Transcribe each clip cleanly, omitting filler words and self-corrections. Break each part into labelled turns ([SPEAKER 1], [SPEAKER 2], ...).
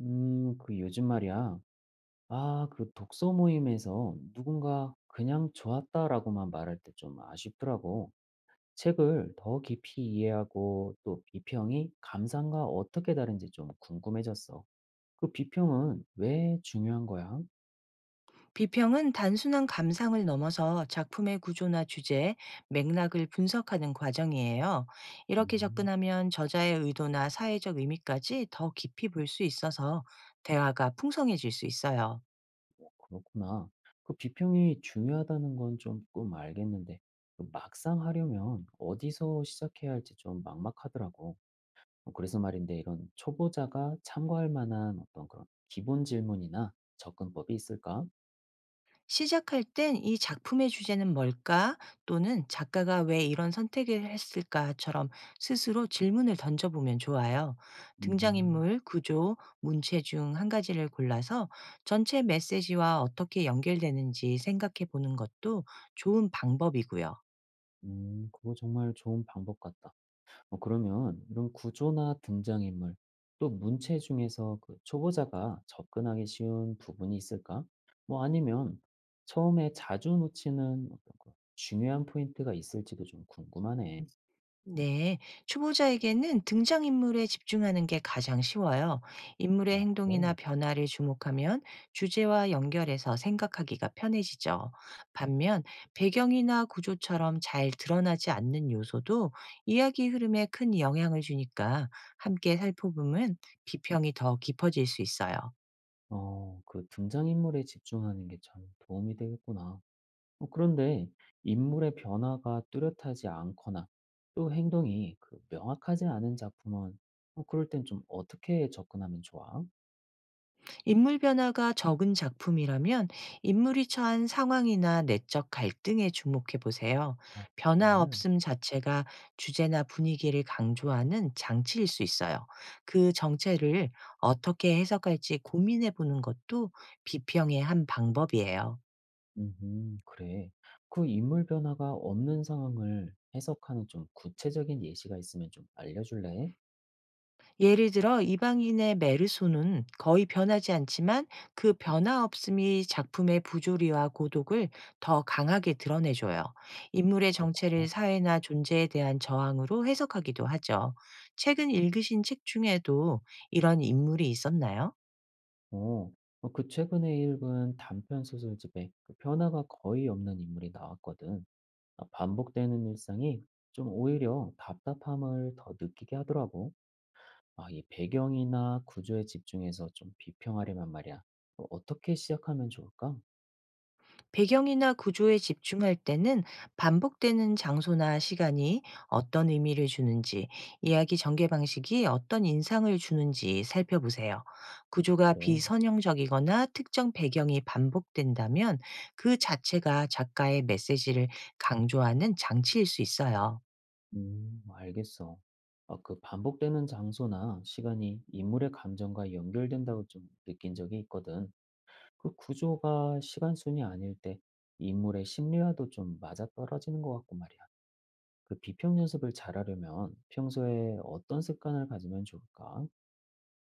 [SPEAKER 1] 요즘 말이야. 독서 모임에서 누군가 그냥 좋았다라고만 말할 때 좀 아쉽더라고. 책을 더 깊이 이해하고 또 비평이 감상과 어떻게 다른지 좀 궁금해졌어. 그 비평은 왜 중요한 거야?
[SPEAKER 2] 비평은 단순한 감상을 넘어서 작품의 구조나 주제, 맥락을 분석하는 과정이에요. 이렇게
[SPEAKER 1] 음,
[SPEAKER 2] 접근하면 저자의 의도나 사회적 의미까지 더 깊이 볼 수 있어서 대화가 풍성해질 수 있어요.
[SPEAKER 1] 어, 그렇구나. 그 비평이 중요하다는 건 조금 알겠는데, 그 막상 하려면 어디서 시작해야 할지 좀 막막하더라고. 어, 그래서 말인데 이런 초보자가 참고할 만한 어떤 그런 기본 질문이나 접근법이 있을까?
[SPEAKER 2] 시작할 땐 '이 작품의 주제는 뭘까?' 또는 '작가가 왜 이런 선택을 했을까?'처럼 스스로 질문을 던져보면 좋아요.
[SPEAKER 1] 음,
[SPEAKER 2] 등장인물, 구조, 문체 중 한 가지를 골라서 전체 메시지와 어떻게 연결되는지 생각해 보는 것도 좋은 방법이고요.
[SPEAKER 1] 그거 정말 좋은 방법 같다. 어, 그러면 이런 구조나 등장인물, 또 문체 중에서 그 초보자가 접근하기 쉬운 부분이 있을까? 뭐 아니면 처음에 자주 놓치는 어떤 그런 중요한 포인트가 있을지도 좀 궁금하네.
[SPEAKER 2] 네, 초보자에게는 등장인물에 집중하는 게 가장 쉬워요. 인물의
[SPEAKER 1] 어,
[SPEAKER 2] 행동이나
[SPEAKER 1] 그래.
[SPEAKER 2] 변화를 주목하면 주제와 연결해서 생각하기가 편해지죠. 반면 배경이나 구조처럼 잘 드러나지 않는 요소도 이야기 흐름에 큰 영향을 주니까 함께 살펴보면 비평이 더 깊어질 수 있어요.
[SPEAKER 1] 어, 그 등장인물에 집중하는 게 참 도움이 되겠구나. 어, 그런데 인물의 변화가 뚜렷하지 않거나 또 행동이 그 명확하지 않은 작품은 어, 그럴 땐 좀 어떻게 접근하면 좋아?
[SPEAKER 2] 인물 변화가 적은 작품이라면 인물이 처한 상황이나 내적 갈등에 주목해 보세요.
[SPEAKER 1] 어,
[SPEAKER 2] 변화
[SPEAKER 1] 정말.
[SPEAKER 2] 없음 자체가 주제나 분위기를 강조하는 장치일 수 있어요. 그 정체를 어떻게 해석할지 고민해 보는 것도 비평의 한 방법이에요.
[SPEAKER 1] 그래. 그 인물 변화가 없는 상황을 해석하는 좀 구체적인 예시가 있으면 좀 알려줄래?
[SPEAKER 2] 예를 들어 이방인의 메르소는 거의 변하지 않지만 그 변화 없음이 작품의 부조리와 고독을 더 강하게 드러내줘요. 인물의 정체를
[SPEAKER 1] 그렇구나.
[SPEAKER 2] 사회나 존재에 대한 저항으로 해석하기도 하죠. 최근 읽으신 책 중에도 이런 인물이 있었나요?
[SPEAKER 1] 어, 최근에 읽은 단편 소설집에 그 변화가 거의 없는 인물이 나왔거든. 아, 반복되는 일상이 좀 오히려 답답함을 더 느끼게 하더라고. 아, 이 배경이나 구조에 집중해서 좀 비평하려면 말이야. 어, 어떻게 시작하면 좋을까?
[SPEAKER 2] 배경이나 구조에 집중할 때는 반복되는 장소나 시간이 어떤 의미를 주는지, 이야기 전개 방식이 어떤 인상을 주는지 살펴보세요. 구조가
[SPEAKER 1] 그래.
[SPEAKER 2] 비선형적이거나 특정 배경이 반복된다면 그 자체가 작가의 메시지를 강조하는 장치일 수 있어요.
[SPEAKER 1] 알겠어. 어, 그 반복되는 장소나 시간이 인물의 감정과 연결된다고 좀 느낀 적이 있거든. 그 구조가 시간순이 아닐 때 인물의 심리와도 좀 맞아떨어지는 것 같고 말이야. 그 비평 연습을 잘하려면 평소에 어떤 습관을 가지면 좋을까?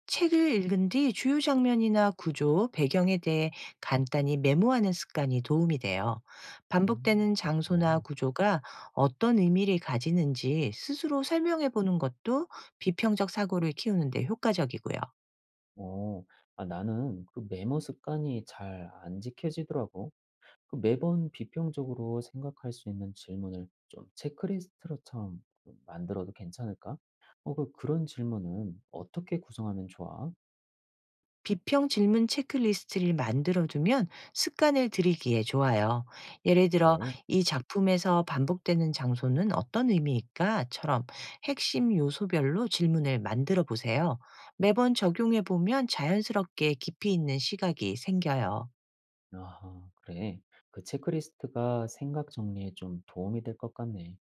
[SPEAKER 2] 책을 읽은 뒤 주요 장면이나 구조, 배경에 대해 간단히 메모하는 습관이 도움이 돼요. 반복되는 장소나
[SPEAKER 1] 그렇구나.
[SPEAKER 2] 구조가 어떤 의미를 가지는지 스스로 설명해 보는 것도 비평적 사고를 키우는데 효과적이고요.
[SPEAKER 1] 어, 아, 나는 그 메모 습관이 잘 안 지켜지더라고. 그 매번 비평적으로 생각할 수 있는 질문을 좀 체크리스트처럼 만들어도 괜찮을까? 어, 그런 질문은 어떻게 구성하면 좋아?
[SPEAKER 2] 비평 질문 체크리스트를 만들어 두면 습관을 들이기에 좋아요. 예를 들어,
[SPEAKER 1] 그래.
[SPEAKER 2] 이 작품에서 반복되는 장소는 어떤 의미일까?처럼 핵심 요소별로 질문을 만들어 보세요. 매번 적용해 보면 자연스럽게 깊이 있는 시각이 생겨요.
[SPEAKER 1] 아, 그래. 그 체크리스트가 생각 정리에 좀 도움이 될 것 같네.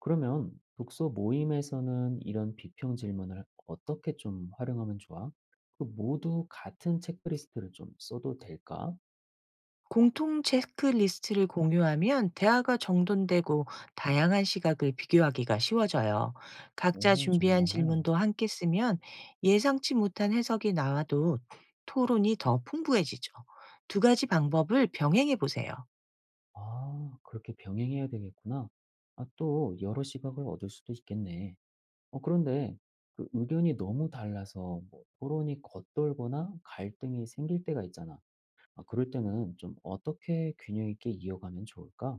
[SPEAKER 1] 그러면 독서 모임에서는 이런 비평 질문을 어떻게 좀 활용하면 좋아? 그 모두 같은 체크리스트를 좀 써도 될까?
[SPEAKER 2] 공통 체크리스트를 공유하면 대화가 정돈되고 다양한 시각을 비교하기가 쉬워져요. 각자
[SPEAKER 1] 오,
[SPEAKER 2] 준비한
[SPEAKER 1] 정말.
[SPEAKER 2] 질문도 함께 쓰면 예상치 못한 해석이 나와도 토론이 더 풍부해지죠. 두 가지 방법을 병행해 보세요.
[SPEAKER 1] 아, 그렇게 병행해야 되겠구나. 아, 또 여러 시각을 얻을 수도 있겠네. 어, 그런데 그 의견이 너무 달라서 뭐 토론이 겉돌거나 갈등이 생길 때가 있잖아. 아, 그럴 때는 좀 어떻게 균형 있게 이어가면 좋을까?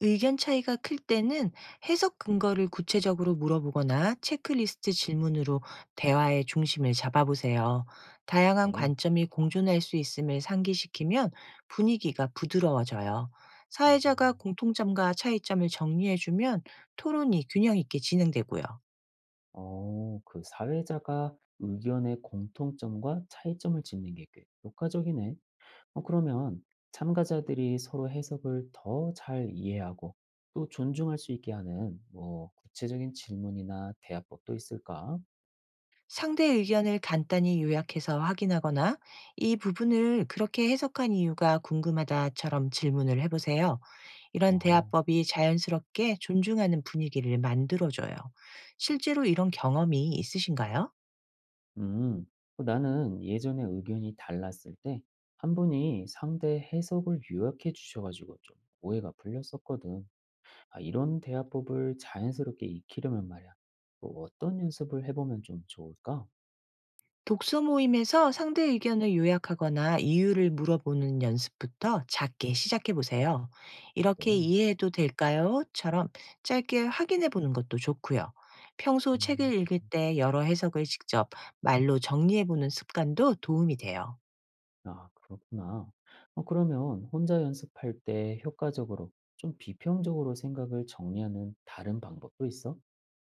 [SPEAKER 2] 의견 차이가 클 때는 해석 근거를 구체적으로 물어보거나 체크리스트 질문으로 대화의 중심을 잡아보세요. 다양한
[SPEAKER 1] 그래.
[SPEAKER 2] 관점이 공존할 수 있음을 상기시키면 분위기가 부드러워져요. 사회자가
[SPEAKER 1] 음.
[SPEAKER 2] 공통점과 차이점을 정리해주면 토론이 균형 있게 진행되고요.
[SPEAKER 1] 어, 그 사회자가 의견의 공통점과 차이점을 짚는 게 꽤 효과적이네. 어, 그러면 참가자들이 서로 해석을 더 잘 이해하고 또 존중할 수 있게 하는 뭐 구체적인 질문이나 대화법도 있을까?
[SPEAKER 2] 상대의 의견을 간단히 요약해서 확인하거나 이 부분을 그렇게 해석한 이유가 궁금하다처럼 질문을 해보세요. 이런
[SPEAKER 1] 어허.
[SPEAKER 2] 대화법이 자연스럽게 존중하는 분위기를 만들어줘요. 실제로 이런 경험이 있으신가요?
[SPEAKER 1] 음, 어, 나는 예전에 의견이 달랐을 때 한 분이 상대 해석을 요약해 주셔가지고 좀 오해가 풀렸었거든. 아, 이런 대화법을 자연스럽게 익히려면 말이야. 뭐 어떤 연습을 해보면 좀 좋을까?
[SPEAKER 2] 독서 모임에서 상대 의견을 요약하거나 이유를 물어보는 연습부터 작게 시작해 보세요.
[SPEAKER 1] 그래.
[SPEAKER 2] 이렇게 이해해도 될까요?처럼 짧게 확인해 보는 것도 좋고요. 평소 책을
[SPEAKER 1] 음.
[SPEAKER 2] 읽을 때 여러 해석을 직접 말로 정리해 보는 습관도 도움이 돼요.
[SPEAKER 1] 아, 그렇구나. 어, 그러면 혼자 연습할 때 효과적으로 좀 비평적으로 생각을 정리하는 다른 방법도 있어?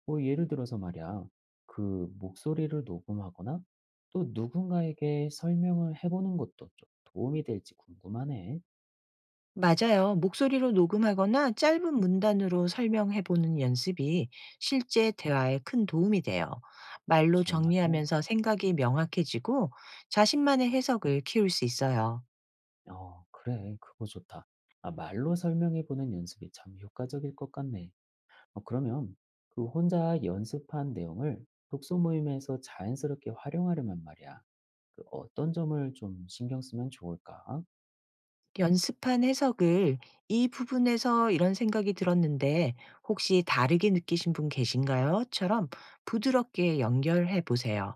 [SPEAKER 1] 뭐 예를 들어서 말이야, 그 목소리를 녹음하거나 또 누군가에게 설명을 해보는 것도 좀 도움이 될지 궁금하네.
[SPEAKER 2] 맞아요. 목소리로 녹음하거나 짧은 문단으로 설명해 보는 연습이 실제 대화에 큰 도움이 돼요. 말로
[SPEAKER 1] 정말?
[SPEAKER 2] 정리하면서 생각이 명확해지고 자신만의 해석을 키울 수 있어요.
[SPEAKER 1] 어, 그래. 그거 좋다. 아, 말로 설명해보는 연습이 참 효과적일 것 같네. 어, 그러면 그 혼자 연습한 내용을 독서 모임에서 자연스럽게 활용하려면 말이야. 그 어떤 점을 좀 신경 쓰면 좋을까?
[SPEAKER 2] 연습한 해석을 "이 부분에서 이런 생각이 들었는데 혹시 다르게 느끼신 분 계신가요?"처럼 부드럽게 연결해 보세요.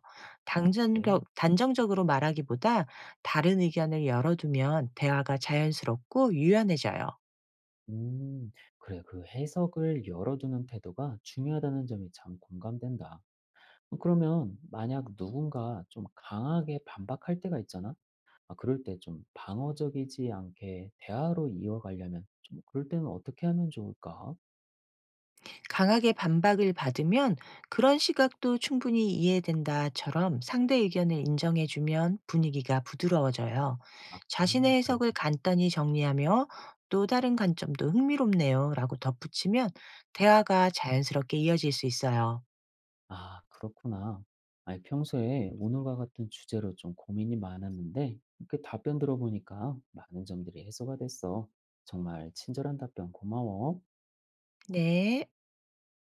[SPEAKER 1] 어, 그래?
[SPEAKER 2] 당전적 단정적으로 말하기보다 다른 의견을 열어두면 대화가 자연스럽고 유연해져요.
[SPEAKER 1] 음. 그래, 그 해석을 열어두는 태도가 중요하다는 점이 참 공감된다. 어, 그러면 만약 누군가 좀 강하게 반박할 때가 있잖아. 아, 그럴 때 좀 방어적이지 않게 대화로 이어가려면 그럴 때는 어떻게 하면 좋을까?
[SPEAKER 2] 강하게 반박을 받으면 그런 시각도 충분히 이해된다처럼 상대 의견을 인정해주면 분위기가 부드러워져요.
[SPEAKER 1] 아,
[SPEAKER 2] 자신의
[SPEAKER 1] 그래.
[SPEAKER 2] 해석을 간단히 정리하며 또 다른 관점도 흥미롭네요 라고 덧붙이면 대화가 자연스럽게 이어질 수 있어요.
[SPEAKER 1] 아, 그렇구나. 아니, 평소에 오늘과 같은 주제로 좀 고민이 많았는데, 이렇게 답변 들어보니까 많은 점들이 해소가 됐어. 정말 친절한 답변 고마워.
[SPEAKER 2] 네.